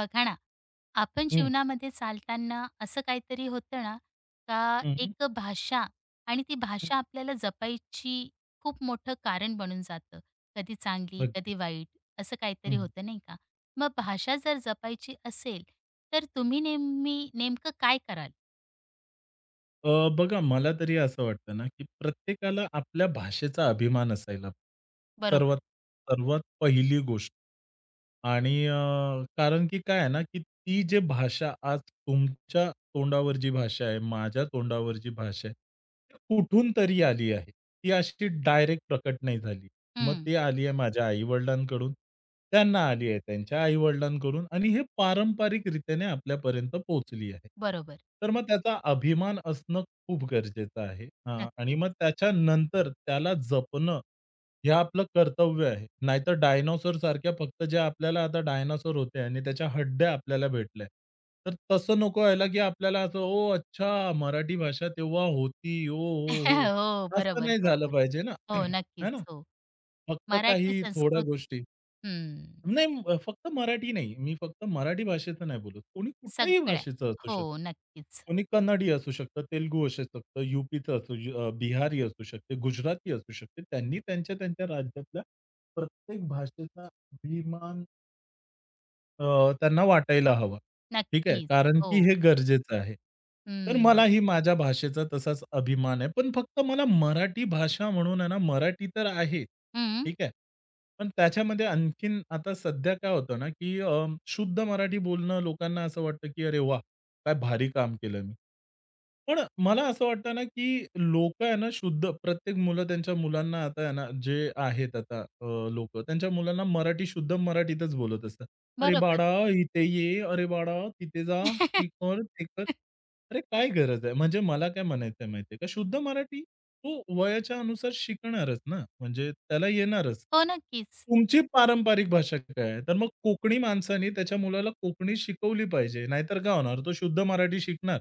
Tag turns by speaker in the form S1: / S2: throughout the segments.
S1: बघा ना, आपण
S2: हं,
S1: जीवनामध्ये चालताना असं काहीतरी होतं ना, का
S2: हं, हं,
S1: एक भाषा आणि ती
S2: हं.
S1: भाषा आपल्याला जपायची खूप मोठं कारण बनून जातं. कधी चांगली,
S2: अगदी.
S1: कधी वाईट असं
S2: हं,
S1: काहीतरी
S2: हं.
S1: होतं नाही का? मग भाषा जर जपायची असेल, तर तुम्ही नेहमी नेमकं काय कराल?
S2: बघा मला तरी असं वाटतं ना, की प्रत्येकाला आपल्या भाषेचा अभिमान असायला सर्वात
S1: बरोबर.
S2: सर्वात पहिली गोष्ट. आणि कारण की काय आहे ना, की ती जी भाषा आज तुमच्या तोंडावर जी भाषा आहे, माझ्या तोंडावर जी भाषा आहे, ती कुठून तरी आली आहे. ती अशी डायरेक्ट प्रकट नाही झाली. मग
S1: हं.
S2: ती आली आहे माझ्या आई-वडिलांकडून, त्यांना आली आहे त्यांच्या आई-वडिलांकडून आणि हे पारंपरिक रीतीने आपल्यापर्यंत पोहोचली आहे.
S1: बरोबर.
S2: तर मग त्याचा अभिमान असणं खूप गरजेचं आहे. हां, आणि मग
S1: नक्कीच.
S2: त्याच्यानंतर त्याला जपणं हे आपलं कर्तव्य आहे. नाहीतर डायनोसॉरसारख्या फक्त जे आपल्याला आता डायनोसॉर होते आणि त्याच्या हड्ड्या आपल्याला भेटल्या. तर तसं नको व्हायला, की आपल्याला असं, "ओह! अच्छा मराठी भाषा तेव्हा होती. ओ, हो, हो."
S1: हो.
S2: असं
S1: बरोबर,
S2: नाही झालं
S1: बरोबर.
S2: पाहिजे ना.
S1: हो,
S2: है ना?
S1: नक्कीच. हो.
S2: फक्त
S1: मराठी
S2: काही थोड्या
S1: संस्कृती.
S2: गोष्टी.
S1: हं.
S2: नाही फक्त मराठी नाही. मी फक्त मराठी भाषेचं नाही बोलत. कोणी कुठल्याही
S1: सगळ्या.
S2: भाषेचं असू
S1: हो,
S2: शकतं.
S1: नक्कीच.
S2: कोणी कन्नडी असू शकतं, तेलुगू असू शकतं, यूपीचं बिहारी असू शकते, गुजराती असू शकते. त्यांनी त्यांच्या त्यांच्या राज्यातल्या प्रत्येक भाषेचा अभिमान त्यांना वाटायला हवा. ठीक आहे.
S1: नक्कीच.
S2: कारण की
S1: हो.
S2: हे गरजेचं आहे. तर
S1: हं.
S2: मलाही माझ्या भाषेचा तसाच अभिमान आहे. पण फक्त मला मराठी भाषा म्हणून आहे ना, मराठी तर आहे.
S1: हं.
S2: ठीक आहे. पण त्याच्यामध्ये आणखीन आता सध्या काय होतं ना, की शुद्ध मराठी बोलणं लोकांना असं वाटतं, की "अरे वाह! काय भारी काम केलं मी." पण मला असं वाटतं ना, की लोकं आहे ना शुद्ध प्रत्येक मुलं त्यांच्या मुलांना आता आहे ना, जे आहेत आता त्यांच्या मुलांना मराठी शुद्ध मराठीतच बोलत असतात. "अरे
S1: बरोबर.
S2: बाळा, इथे ये. अरे बाळा, तिथे जा. हे कर, ते कर." अरे काय गरज आहे? म्हणजे मला काय म्हणायचं आहे का? शुद्ध मराठी तो वयाच्या अनुसार शिकणारच ना, म्हणजे त्याला येणारच.
S1: हो, नक्कीच.
S2: तुमची पारंपरिक भाषा काय आहे? तर मग कोकणी माणसाने त्याच्या मुलाला कोकणी शिकवली पाहिजे. नाहीतर काय होणार? तो शुद्ध मराठी शिकणार.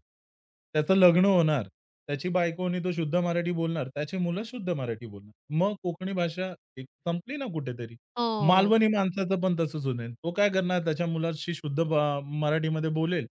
S2: त्याचं लग्न होणार. त्याची बायकोनी तो शुद्ध मराठी बोलणार. त्याची मुलं शुद्ध मराठी बोलणार. मग कोकणी भाषा एक संपली ना कुठेतरी.
S1: हो.
S2: मालवणी माणसाचं पण तसंच होईल. तो काय करणार? त्याच्या मुलाशी शुद्ध ब मराठीमध्ये बोलेल.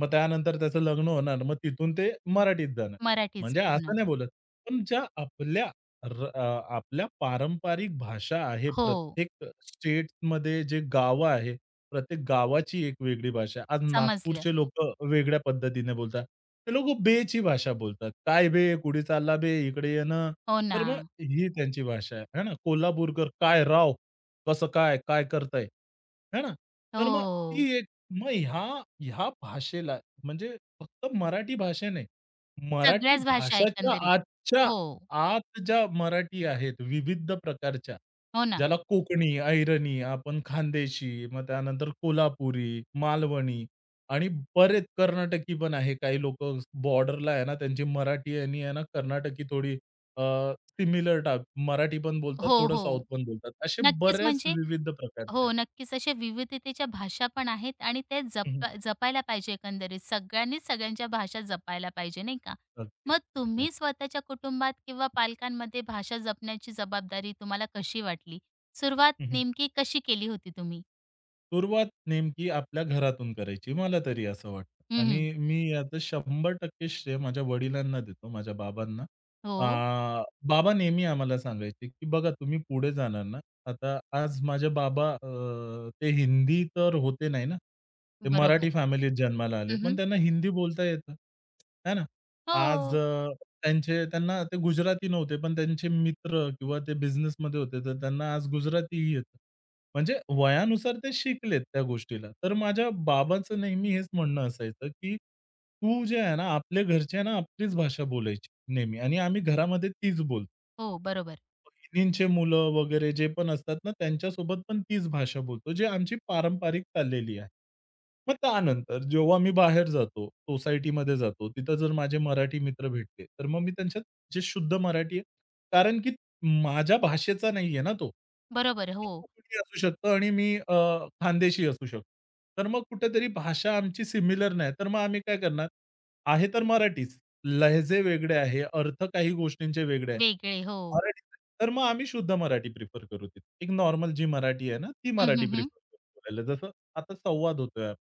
S2: मग त्यानंतर त्याचं लग्न होणार. मग तिथून ते मराठीत जाणार.
S1: मराठीच
S2: म्हणजे असं
S1: पूर्ण.
S2: नाही बोलत. पण ज्या आपल्या र अ, आपल्या पारंपरिक भाषा आहे.
S1: हो.
S2: प्रत्येक स्टेटमध्ये जे गावं आहे, प्रत्येक गावाची एक वेगळी भाषा आहे. आज
S1: समजलं.
S2: नागपूरचे लोकं वेगळ्या पद्धतीने बोलतात. ते लोकं बेची भाषा बोलतात. "काय बे? कुठे चालला बे? इकडे ये ना."
S1: हो ना.
S2: तर मग ही त्यांची भाषा आहे. है ना? कोल्हापूरकर, "काय राव? कसं काय? काय करताय?" है ना? तर मग ती
S1: हो.
S2: एक मग ह्या ह्या भाषेला म्हणजे फक्त मराठी भाषा मराठी
S1: सगळ्याच भाषा
S2: भाषाच्या
S1: एकंदरीत.
S2: आजच्या
S1: हो.
S2: आत ज्या मराठी आहेत विविध प्रकारच्या,
S1: हो ना.
S2: ज्याला कोकणी, अहिरणी, आपण खानदेशी, मग त्यानंतर कोल्हापुरी, मालवणी आणि बरेच कर्नाटकी पण आहे. काही लोकं बॉर्डरला आहे ना, त्यांची मराठी आणि आहे ना, कर्नाटकी थोडी सिमिलर टाइप मराठी पण बोलतात,
S1: हो,
S2: थोडं साऊथ
S1: हो.
S2: पण बोलतात. असे
S1: नक्कीच
S2: बऱ्याच
S1: म्हणजे
S2: विविध प्रकारचे
S1: हो,
S2: आहेत.
S1: नक्कीच. अशा विविधतेच्या भाषा पण आहेत आणि त्या
S2: हं,
S1: जपायला पाहिजे एकंदरीत. सगळ्यांनीच सगळ्यांच्या भाषा जपायला पाहिजे, नाही का?
S2: अगदी.
S1: मग तुम्ही स्वतःच्या कुटुंबात किंवा पालकांमध्ये भाषा जपण्याची जबाबदारी तुम्हाला कशी वाटली? सुरुवात
S2: येस.
S1: नेमकी कशी केली होती तुम्ही?
S2: सुरुवात नेमकी आपल्या घरातून करायची, मला तरी असं वाटतं
S1: हं,
S2: आणि मी याचं 100% श्रेय माझ्या वडिलांना देतो, माझ्या बाबांना. अ,
S1: हो,
S2: बाबा नेहमी आम्हाला सांगायचे, की "बघा तुम्ही पुढे जाणार ना." आता आज माझे बाबा ते हिंदी तर होते नाही ना. ते
S1: बरोबर.
S2: मराठी फॅमिलीत जन्माला आले, पण
S1: हं,
S2: त्यांना हिंदी बोलता येतं, आहे ना. आज
S1: हो,
S2: त्यांना ते गुजराती नव्हते, पण त्यांचे मित्र किंवा ते बिझनेसमध्ये होते, तर त्यांना आज गुजरातीही येतं. म्हणजे वयानुसार ते शिकलेत त्या गोष्टीला. तर माझ्या बाबांचं नेहमी हेच म्हणणं असायचं, की "तू जे आहे ना, आपल्या घरची आहे ना, आपलीच भाषा बोलायची नेहमी आणि आम्ही घरामध्ये तीच बोलतो."
S1: हो, बरोबर.
S2: बहिणींचे मुलं वगैरे जे पण असतात ना, त्यांच्यासोबत पण तीच भाषा बोलतो, जी आमची पारंपरिक चाललेली आहे. मग त्यानंतर जेव्हा मी बाहेर जातो, सोसायटीमध्ये जातो, तिथं जर माझे मराठी मित्र भेटले, तर मग मी त्यांच्यात जे शुद्ध मराठी आहे, कारण की माझ्या भाषेचा नाहीये ना तो.
S1: बरोबर,
S2: तो
S1: हो.
S2: कोकणी असू शकतो आणि मी खानदेशी असू शकतो. तर मग कुठेतरी भाषा आमची सिमिलर नाही, तर मग आम्ही काय करणार? आहे तर मराठीच. लहजे वेगळे आहे, अर्थ काही गोष्टींचे वेगळे आहे.
S1: वेगळे, हो.
S2: मराठीत तर मग आम्ही शुद्ध मराठी प्रिफर करू तिथे. एक नॉर्मल जी मराठी आहे ना, ती
S1: हं,
S2: मराठी
S1: हं, हं.
S2: प्रिफर करू बोलायला. जसं आता संवाद होतोय आपला.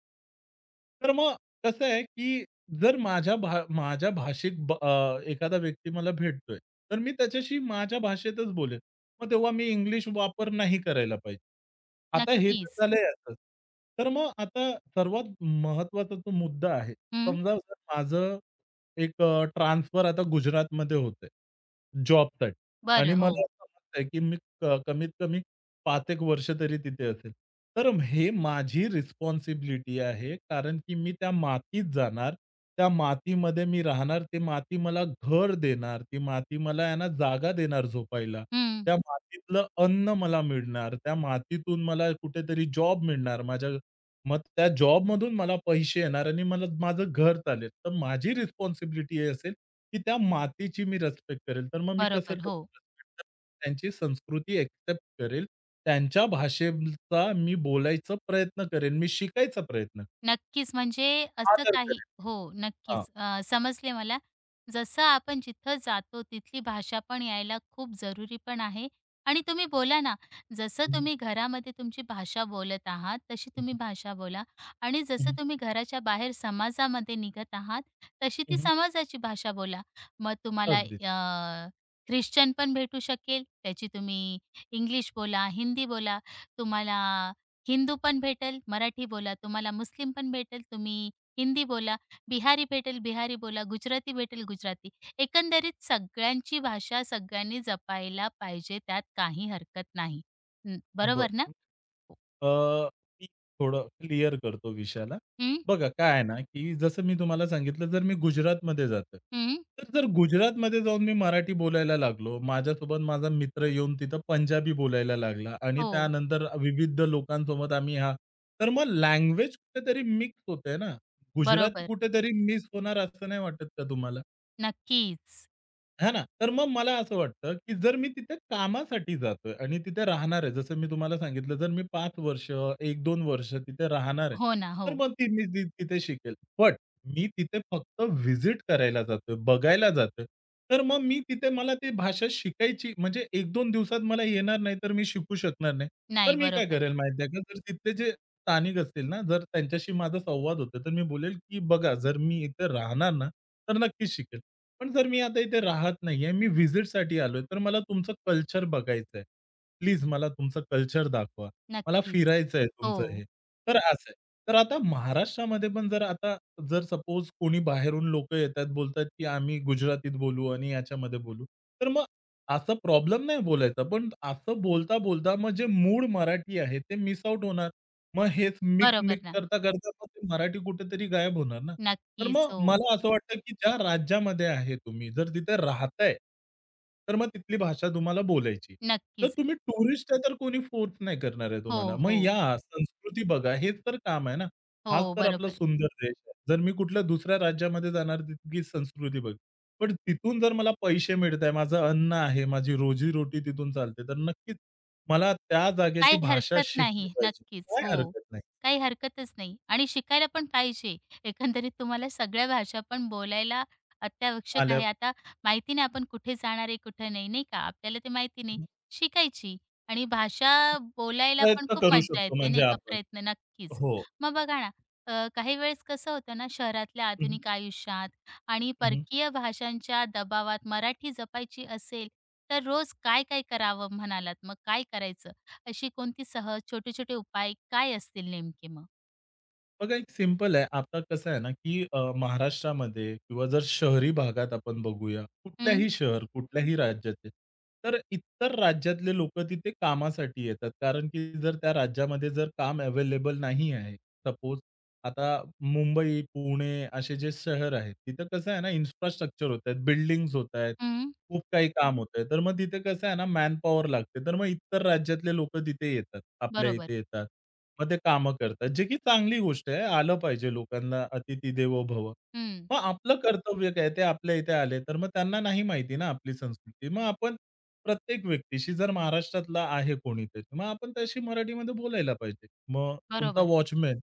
S2: तर मग कसं आहे, की जर माझ्या भाषिक एखादा व्यक्ती मला भेटतोय, तर मी त्याच्याशी माझ्या भाषेतच बोलेल. मग तेव्हा मी इंग्लिश वापर नाही करायला पाहिजे. आता हे तर
S1: नक्कीच.
S2: झालंय असंच. तर मग आता सर्वात महत्त्वाचा तो मुद्दा आहे.
S1: हं.
S2: समजा जर माझं एक ट्रान्सफर आता गुजरातमध्ये होतंय, जॉबसाठी आणि
S1: बरं,
S2: मला
S1: हो.
S2: समजतंय की मी कमीत कमी 5 एक वर्ष तरी तिथे असेल. तर हे माझी रिस्पॉन्सिबिलिटी आहे, कारण की मी त्या मातीत जाणार, त्या मातीमध्ये मी राहणार, ती माती मला घर देणार, ती माती मला आहे ना जागा देणार झोपायला.
S1: हं.
S2: त्या मातीतलं अन्न मला मिळणार, त्या मातीतून मला कुठेतरी जॉब मिळणार माझ्या मग त्या जॉबमधून मला पैसे येणार आणि मला माझं घर चालेल. तर माझी रिस्पॉन्सिबिलिटी हे असेल, की त्या मातीची मी रिस्पेक्ट करेल. तर मग मी कसं करेल
S1: बरोबर, हो.
S2: respect? तर त्यांची संस्कृती एक्सेप्ट करेल. त्यांच्या भाषेचा मी बोलायचा प्रयत्न करेन. मी शिकायचा प्रयत्न
S1: नक्कीच. म्हणजे
S2: करेन,
S1: असं
S2: आदर
S1: काही
S2: करेन.
S1: हो,
S2: हां.
S1: नक्कीच. समजले मला. जसं आपण जिथं जातो तिथली भाषा पण यायला खूप जरुरी पण आहे आणि तुम्ही बोला ना, जसं
S2: हं,
S1: तुम्ही घरामध्ये तुमची भाषा बोलत आहात, तशी
S2: हं.
S1: तुम्ही भाषा बोला आणि जसं तुम्ही घराच्या बाहेर समाजामध्ये निघत आहात, तशी ती
S2: हं,
S1: समाजाची भाषा बोला. मग तुम्हाला
S2: अगदी.
S1: ख्रिश्चन पण भेटू शकेल, त्याची तुम्ही इंग्लिश बोला, हिंदी बोला. तुम्हाला हिंदू पण भेटेल, मराठी बोला, तुम्हाला मुस्लिम पण भेटेल, तुम्ही हिंदी बोला, बिहारी भेटेल, बिहारी बोला, गुजराती भेटेल, गुजराती. एकंदरीत सगळ्यांची भाषा सगळ्यांनी जपायला पाहिजे, त्यात काही हरकत नाही. हं, बरोबर ना?
S2: बरं. अ, मी थोडं क्लिअर करतो विषयाला.
S1: हं,
S2: बघा काय आहे ना, की जसं मी तुम्हाला सांगितलं जर मी गुजरातमध्ये जातोय.
S1: हं.
S2: तर जर गुजरातमध्ये जाऊन मी मराठी बोलायला लागलो, माझ्यासोबत माझा मित्र येऊन तिथं पंजाबी बोलायला लागला आणि
S1: हो,
S2: त्यानंतर विविध लोकांसोबत आम्ही हां, तर मग लँग्वेज कुठेतरी मिक्स होते ना. गुजराती
S1: बरोबर.
S2: कुठेतरी मिस होणार असं नाही वाटत का तुम्हाला?
S1: नक्कीच.
S2: हां ना. तर मग मला असं वाटतं, की जर मी तिथे कामासाठी जातोय आणि तिथे राहणार आहे. जसं मी तुम्हाला सांगितलं, जर मी 5 वर्ष, 1-2 वर्ष तिथे राहणार आहे,
S1: हो ना, हो.
S2: तर मग ती मी तिथे शिकेल. बट मी तिथे फक्त व्हिजिट करायला जातोय, बघायला जातोय. तर मग मी तिथे मला ती भाषा शिकायची म्हणजे 1-2 दिवसात मला येणार नाही, तर मी शिकू शकणार नाही. तर
S1: नाही,
S2: मी काय
S1: बरोबर.
S2: करेल माहिती आहे का, जर तिथले जे स्थानिक असतील ना, जर त्यांच्याशी माझा संवाद होतो, तर मी बोलेल, की "बघा, जर मी इथे राहणार ना, तर नक्कीच शिकेल." पण जर मी आता इथे राहत नाहीये, मी व्हिजिटसाठी आलोय, तर मला तुमचं कल्चर बघायचंय. प्लीज मला तुमचं कल्चर दाखवा. मला
S1: नक्कीच.
S2: फिरायचंय
S1: हो,
S2: तुमचं हे. तर असं आहे. तर आता महाराष्ट्रामध्ये पण जर आता जर सपोज कोणी बाहेरून लोकं येतात, बोलतात की आम्ही गुजरातीत बोलू आणि याच्यामध्ये बोलू. तर मग असा प्रॉब्लेम नाही बोलायचा, पण असं बोलता-बोलता मग जे मूळ मराठी आहे ते मिस आउट होणार. मग हेच मिक्स
S1: बरोबर
S2: मिक्स
S1: ना.
S2: करता-करता मग ते मराठी कुठेतरी गायब होणार ना. तर
S1: नक्कीच.
S2: मग
S1: हो,
S2: मला असं वाटतं, की ज्या राज्यामध्ये आहे तुम्ही, जर तिथे राहताय, तर मग तिथली भाषा तुम्हाला बोलायची. तर
S1: नक्कीच.
S2: तुम्ही टुरिस्ट आहे, तर कोणी फोर्स नाही करणार आहे
S1: हो,
S2: तुम्हाला. मग
S1: हो.
S2: या, संस्कृती बघा, हेच तर काम आहे ना. हाच
S1: हो,
S2: तर आपला
S1: बरोबर.
S2: सुंदर देश आहे. जर मी कुठल्या दुसऱ्या राज्यामध्ये जाणार, तिथली संस्कृती बघ. पण तिथून जर मला पैसे मिळत आहे, माझं अन्न आहे, माझी रोजी तिथून चालते, तर नक्कीच मला त्या जागेची
S1: काही
S2: भाषा
S1: हरकत
S2: शिकली
S1: नाही.
S2: पाहिजे.
S1: नक्कीच.
S2: काही
S1: हो.
S2: हरकत नाही.
S1: काही हरकतच नाही आणि शिकायला पण पाहिजे. एकंदरीत तुम्हाला सगळ्या भाषा पण बोलायला अत्यावश्यक
S2: आल्या
S1: आहे. आता माहिती नाही आपण कुठे जाणार आहे, कुठे नाही, नाही का? आपल्याला ते माहिती नाही. शिकायची आणि भाषा बोलायला पण
S2: प्रयत्न
S1: खूप
S2: करू
S1: मज्जा
S2: शकतो
S1: येते,
S2: म्हणजे
S1: नाही का?
S2: आपण.
S1: प्रयत्न नक्कीच.
S2: हो.
S1: मग बघा ना, काही वेळेस कसं होतं ना, शहरातल्या
S2: हं,
S1: आधुनिक आयुष्यात आणि
S2: हं.
S1: परकीय भाषांच्या दबावात मराठी जपायची असेल, तर रोज काय-काय करावं म्हणालात? मग काय करायचं? अशी कोणती सहज छोटे-छोटे उपाय काय असतील नेमके मग?
S2: बघा एक सिंपल आहे. आता कसं आहे ना, की महाराष्ट्रामध्ये किंवा जर शहरी भागात आपण बघूया,
S1: हं,
S2: कुठल्याही शहर, कुठल्याही राज्याचे, तर इतर राज्यातले लोकं तिथे कामासाठी येतात. कारण की जर त्या राज्यामध्ये जर काम अवेलेबल नाही आहे, सपोज आता मुंबई, पुणे असे जे शहर आहेत, तिथं कसं आहे ना, इन्फ्रास्ट्रक्चर होत आहेत, बिल्डिंग्स होत आहेत,
S1: हं.
S2: खूप काही काम होतंय. तर मग तिथे कसं आहे ना, मॅनपॉवर लागते. तर मग इतर राज्यातले लोकं तिथे येतात, आपल्या
S1: बरोबर.
S2: इथे येतात. मग ते कामं करतात, जे की चांगली गोष्ट आहे. आलं पाहिजे लोकांना "अतिथी देवो भव."
S1: हं,
S2: मग आपलं कर्तव्य काय? ते आपल्या इथे आले, तर मग त्यांना नाही माहिती ना आपली संस्कृती. मग आपण प्रत्येक व्यक्तीशी जर महाराष्ट्रातला आहे कोणी तरी, मग आपण त्याशी मराठीमध्ये बोलायला पाहिजे. मग तुमचा
S1: बरोबर.
S2: वॉचमन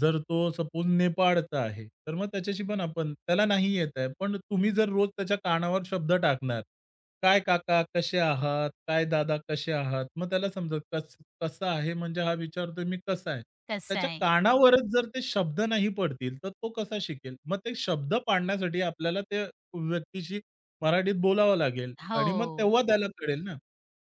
S2: जर तो सपोज नेपाळचा आहे, तर मग त्याच्याशी पण आपण त्याला नाही येत आहे, पण तुम्ही जर रोज त्याच्या कानावर शब्द टाकणार "काय काका कसे आहात? काय दादा कसे आहात?" मग त्याला समजलं कस कसं आहे म्हणजे हा विचारतोय मी कसा आहे?
S1: तसं
S2: त्याच्या
S1: आहे.
S2: कानावरच जर ते शब्द नाही पडतील, तर तो कसा शिकेल? मग ते शब्द पाडण्यासाठी आपल्याला त्या व्यक्तीशी मराठीत बोलावं लागेल आणि मग
S1: हो.
S2: तेव्हा त्याला कळेल ना.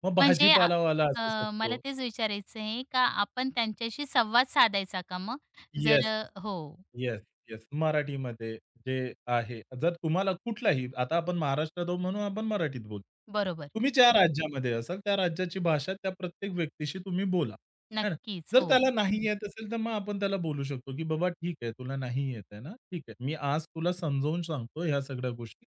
S2: मग
S1: म्हणजे आ
S2: भाजीपालावाला असू
S1: मला
S2: शकतो.
S1: तेच विचारायचं आहे का आपण त्यांच्याशी संवाद साधायचा का मग?
S2: येस.
S1: हो,
S2: येस, येस. मराठीमध्ये जे आहे, जर तुम्हाला कुठलाही आता आपण महाराष्ट्रात आहोत म्हणून आपण मराठीत बोलतो.
S1: बरोबर.
S2: तुम्ही ज्या राज्यामध्ये असाल, त्या राज्याची भाषा त्या प्रत्येक व्यक्तीशी तुम्ही बोला. है ना?
S1: नक्कीच.
S2: जर
S1: हो.
S2: त्याला नाही येत असेल, तर मग आपण त्याला बोलू शकतो, की "बाबा ठीक आहे, तुला नाही येत आहे ना? ठीक आहे. मी आज तुला समजावून सांगतो ह्या सगळ्या गोष्टी.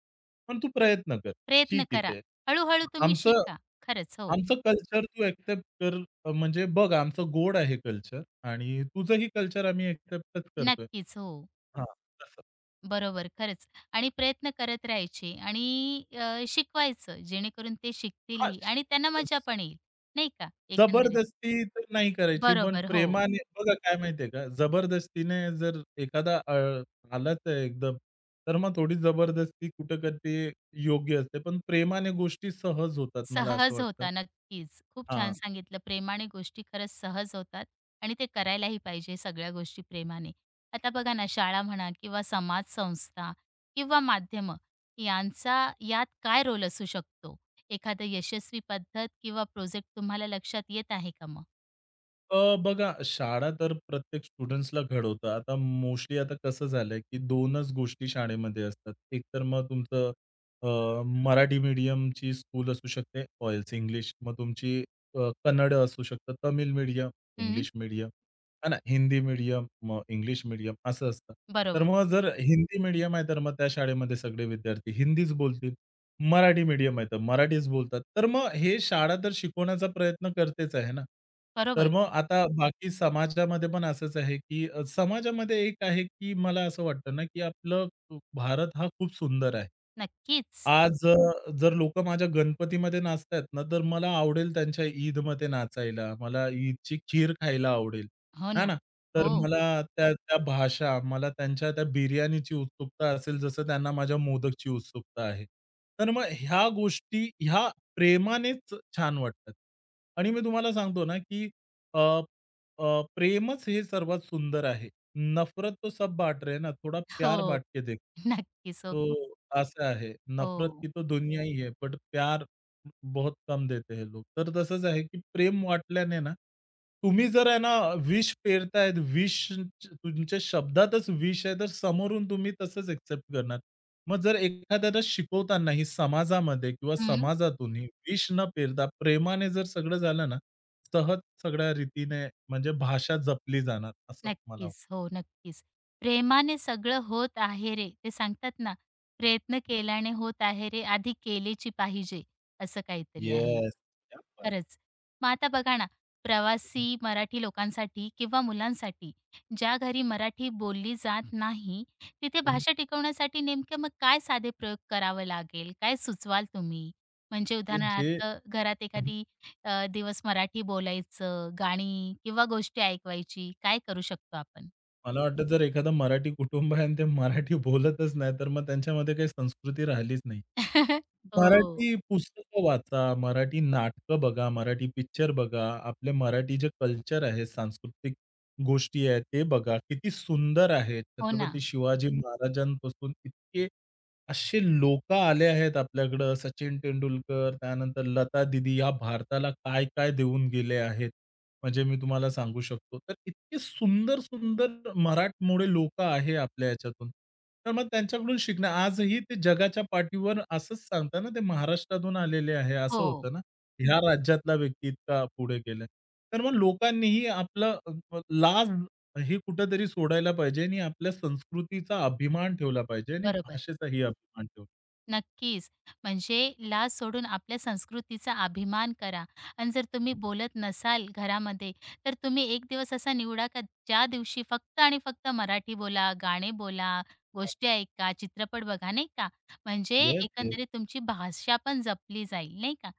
S2: पण तू प्रयत्न कर,
S1: प्रयत्न
S2: शिक
S1: करा.
S2: इथे.
S1: हळू-हळू तुम्ही
S2: आमचं
S1: शिका. खरंच. हो.
S2: आमचं कल्चर तू एक्सेप्ट कर, म्हणजे बघ आमचं गोड आहे कल्चर. आणि तुझंही कल्चर आम्ही एक्सेप्टच करतोय.
S1: नक्कीच. हो.
S2: हां, तसं.
S1: बरोबर. खरंच. आणि प्रयत्न करत राहायचे आणि शिकवायचं जेणेकरून ते
S2: हां,
S1: शिकतीलही
S2: श
S1: आणि त्यांना मजा पण येईल, नाही का एकंदरीत?
S2: जबरदस्ती तर नाही करायची, पण
S1: बरोबर, हो.
S2: प्रेमाने बघा काय माहितीये का, जबरदस्तीने जर एखादा आलाच आहे एकदम, तर मग थोडी जबरदस्ती कुठं करते योग्य असते. पण प्रेमाने गोष्टी सहज होतात मला असं
S1: सहज
S2: वाटतं.
S1: होता नक्कीच. खूप छान
S2: हां.
S1: सांगितलं. प्रेमाने गोष्टी खरंच सहज होतात आणि ते करायलाही पाहिजे सगळ्या गोष्टी प्रेमाने. आता बघा ना, शाळा म्हणा किंवा समाज संस्था किंवा माध्यम, यांचा यात काय रोल असू शकतो? एखादं यशस्वी पद्धत किंवा प्रोजेक्ट तुम्हाला लक्षात येत आहे का मग?
S2: बघा, शाळा तर प्रत्येक स्टुडंट्सला घडवतं. आता मोस्टली आता कसं झालंय, की 2च गोष्टी शाळेमध्ये असतात. एक तर मग तुमचं अ, मराठी मीडियमची स्कूल असू शकते, ऑइल्स इंग्लिश. मग तुमची कन्नड असू शकतं, तमिळ मीडियम,
S1: हं,
S2: इंग्लिश मीडियम, है ना. हिंदी मीडियम, मग इंग्लिश मीडियम असं असतं. तर
S1: बरोबर,
S2: मग जर हिंदी मीडियम आहे, तर मग त्या शाळेमध्ये सगळे विद्यार्थी हिंदीच बोलतील. मराठी मीडियम आहे तर मराठीच बोलतात. तर मग हे शाळा तर शिकवण्याचा प्रयत्न करतेच आहे ना. तर
S1: बरोबर.
S2: मग आता बाकी समाजामध्ये पण असंच आहे, की समाजामध्ये एक आहे, की मला असं वाटतं ना, की आपलं भारत हा खूप सुंदर आहे.
S1: नक्कीच.
S2: आज जर लोकं माझ्या गणपतीमध्ये नाचतायत ना, तर मला आवडेल त्यांच्या ईदमध्ये नाचायला. मला ईदची खीर खायला आवडेल,
S1: हो
S2: आहे
S1: ना.
S2: ना. तर
S1: हो,
S2: मला त्या त्या भाषा, मला त्यांच्या त्या बिर्याणीची उत्सुकता असेल, जसं त्यांना माझ्या मोदकची उत्सुकता आहे. तर मग ह्या गोष्टी प्रेमानेच छान वाटतात. आणि मी तुम्हाला सांगतो ना, की अ, अ, प्रेमच हे सर्वात सुंदर आहे. नफ़रत तो सब बाँट रहे हैं ना, थोड़ा प्यार
S1: हो.
S2: बाँट के देखो.
S1: नक्कीच. हो, खूप
S2: तो असं आहे. नफ़रत की
S1: हो.
S2: तो दुनिया ही है, बट प्यार बहुत कम देते हैं लोग. तर तसंच आहे, की प्रेम वाटल्याने ना, तुम्ही जर आहे ना विष पेरताय, विष तुमच्या शब्दातच विष आहे, तर समोरून तुम्ही तसंच एक्सेप्ट करणार. मग जर एखाद्याला शिकवतानाही समाजामध्ये किंवा
S1: हं.
S2: समाजातूनही विष न पेरता प्रेमाने जर सगळं झालं ना, सहज सगळ्या रीतीने म्हणजे भाषा जपली जाणार असं मला वाटतं.
S1: नक्कीच. हो, नक्कीच. प्रेमाने सगळं होत आहे रे, ते सांगतात ना, प्रयत्न केल्याने होत आहे रे, आधी केलेची पाहिजे, असं काहीतरी आहे.
S2: येस. क्या बात
S1: खरंच. मग आता बघा ना,
S2: है!
S1: प्रवासी मराठी लोकांसाठी किंवा मुलांसाठी, ज्या घरी मराठी बोलली जात नाही, तिथे भाषा टिकवण्यासाठी नेमकं मग काय साधे प्रयोग करावं लागेल? काय सुचवाल तुम्ही? म्हणजे
S2: म्हणजे जे
S1: उदाहरणार्थ घरात एखादी दिवस मराठी बोलायचं, गाणी किंवा गोष्टी ऐकवायची, काय करू शकतो आपण?
S2: मला वाटतं जर एखादं मराठी कुटुंब आहे आणि ते मराठी बोलतच नाही, तर मग त्यांच्यामध्ये काही संस्कृती राहिलीच नाही.
S1: हो.
S2: मराठी पुस्तकं वाचा, मराठी नाटकं बघा, मराठी पिक्चर बघा, आपले मराठी जे कल्चर आहे, सांस्कृतिक गोष्टी आहेत, ते बघा. किती सुंदर आहे.
S1: हो ना.
S2: छत्रपती शिवाजी महाराजांपासून इतके असे लोकं आले आहेत आपल्याकडं. सचिन तेंडुलकर, त्यानंतर लता दीदी, या भारताला काय-काय देऊन गेले आहेत. म्हणजे मी तुम्हाला सांगू शकतो. तर इतके सुंदर, सुंदर मराठमोळे लोकं आहे आपल्या ह्याच्यातून. तर मग त्यांच्याकडून शिकणं आजही ते जगाच्या पाठीवर असंच सांगतात ना, ते महाराष्ट्रातून आलेले आहे असं
S1: हो.
S2: होतं ना. ह्या राज्यातला व्यक्ती इतका पुढे गेलाय. तर मग लोकांनीही आपलं लाज ही कुठेतरी सोडायला पाहिजे आणि आपल्या संस्कृतीचा अभिमान ठेवला पाहिजे आणि
S1: बरोबर.
S2: भाषेचाही अभिमान ठेवला
S1: नक्कीच. म्हणजे लाज सोडून आपल्या संस्कृतीचा अभिमान करा आणि जर तुम्ही बोलत नसाल घरामध्ये, तर तुम्ही एक दिवस असा निवडा का ज्या दिवशी फक्त आणि फक्त मराठी बोला, गाणे बोला,
S2: पाहिजे.
S1: गोष्टी ऐका, चित्रपट बघा, नाही का? म्हणजे
S2: येस.
S1: एकंदरीत तुमची भाषा पण जपली जाईल, नाही का?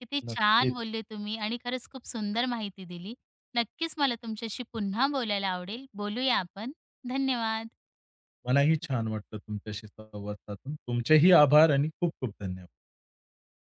S1: किती छान
S2: नक्कीच.
S1: बोलले तुम्ही आणि खरंच खूप सुंदर माहिती दिली. नक्कीच मला तुमच्याशी पुन्हा बोलायला आवडेल. बोलूया आपण. धन्यवाद.
S2: मलाही छान वाटलं तुमच्याशी संवाद साधून. तुमचेही आभार आणि खूप खूप धन्यवाद.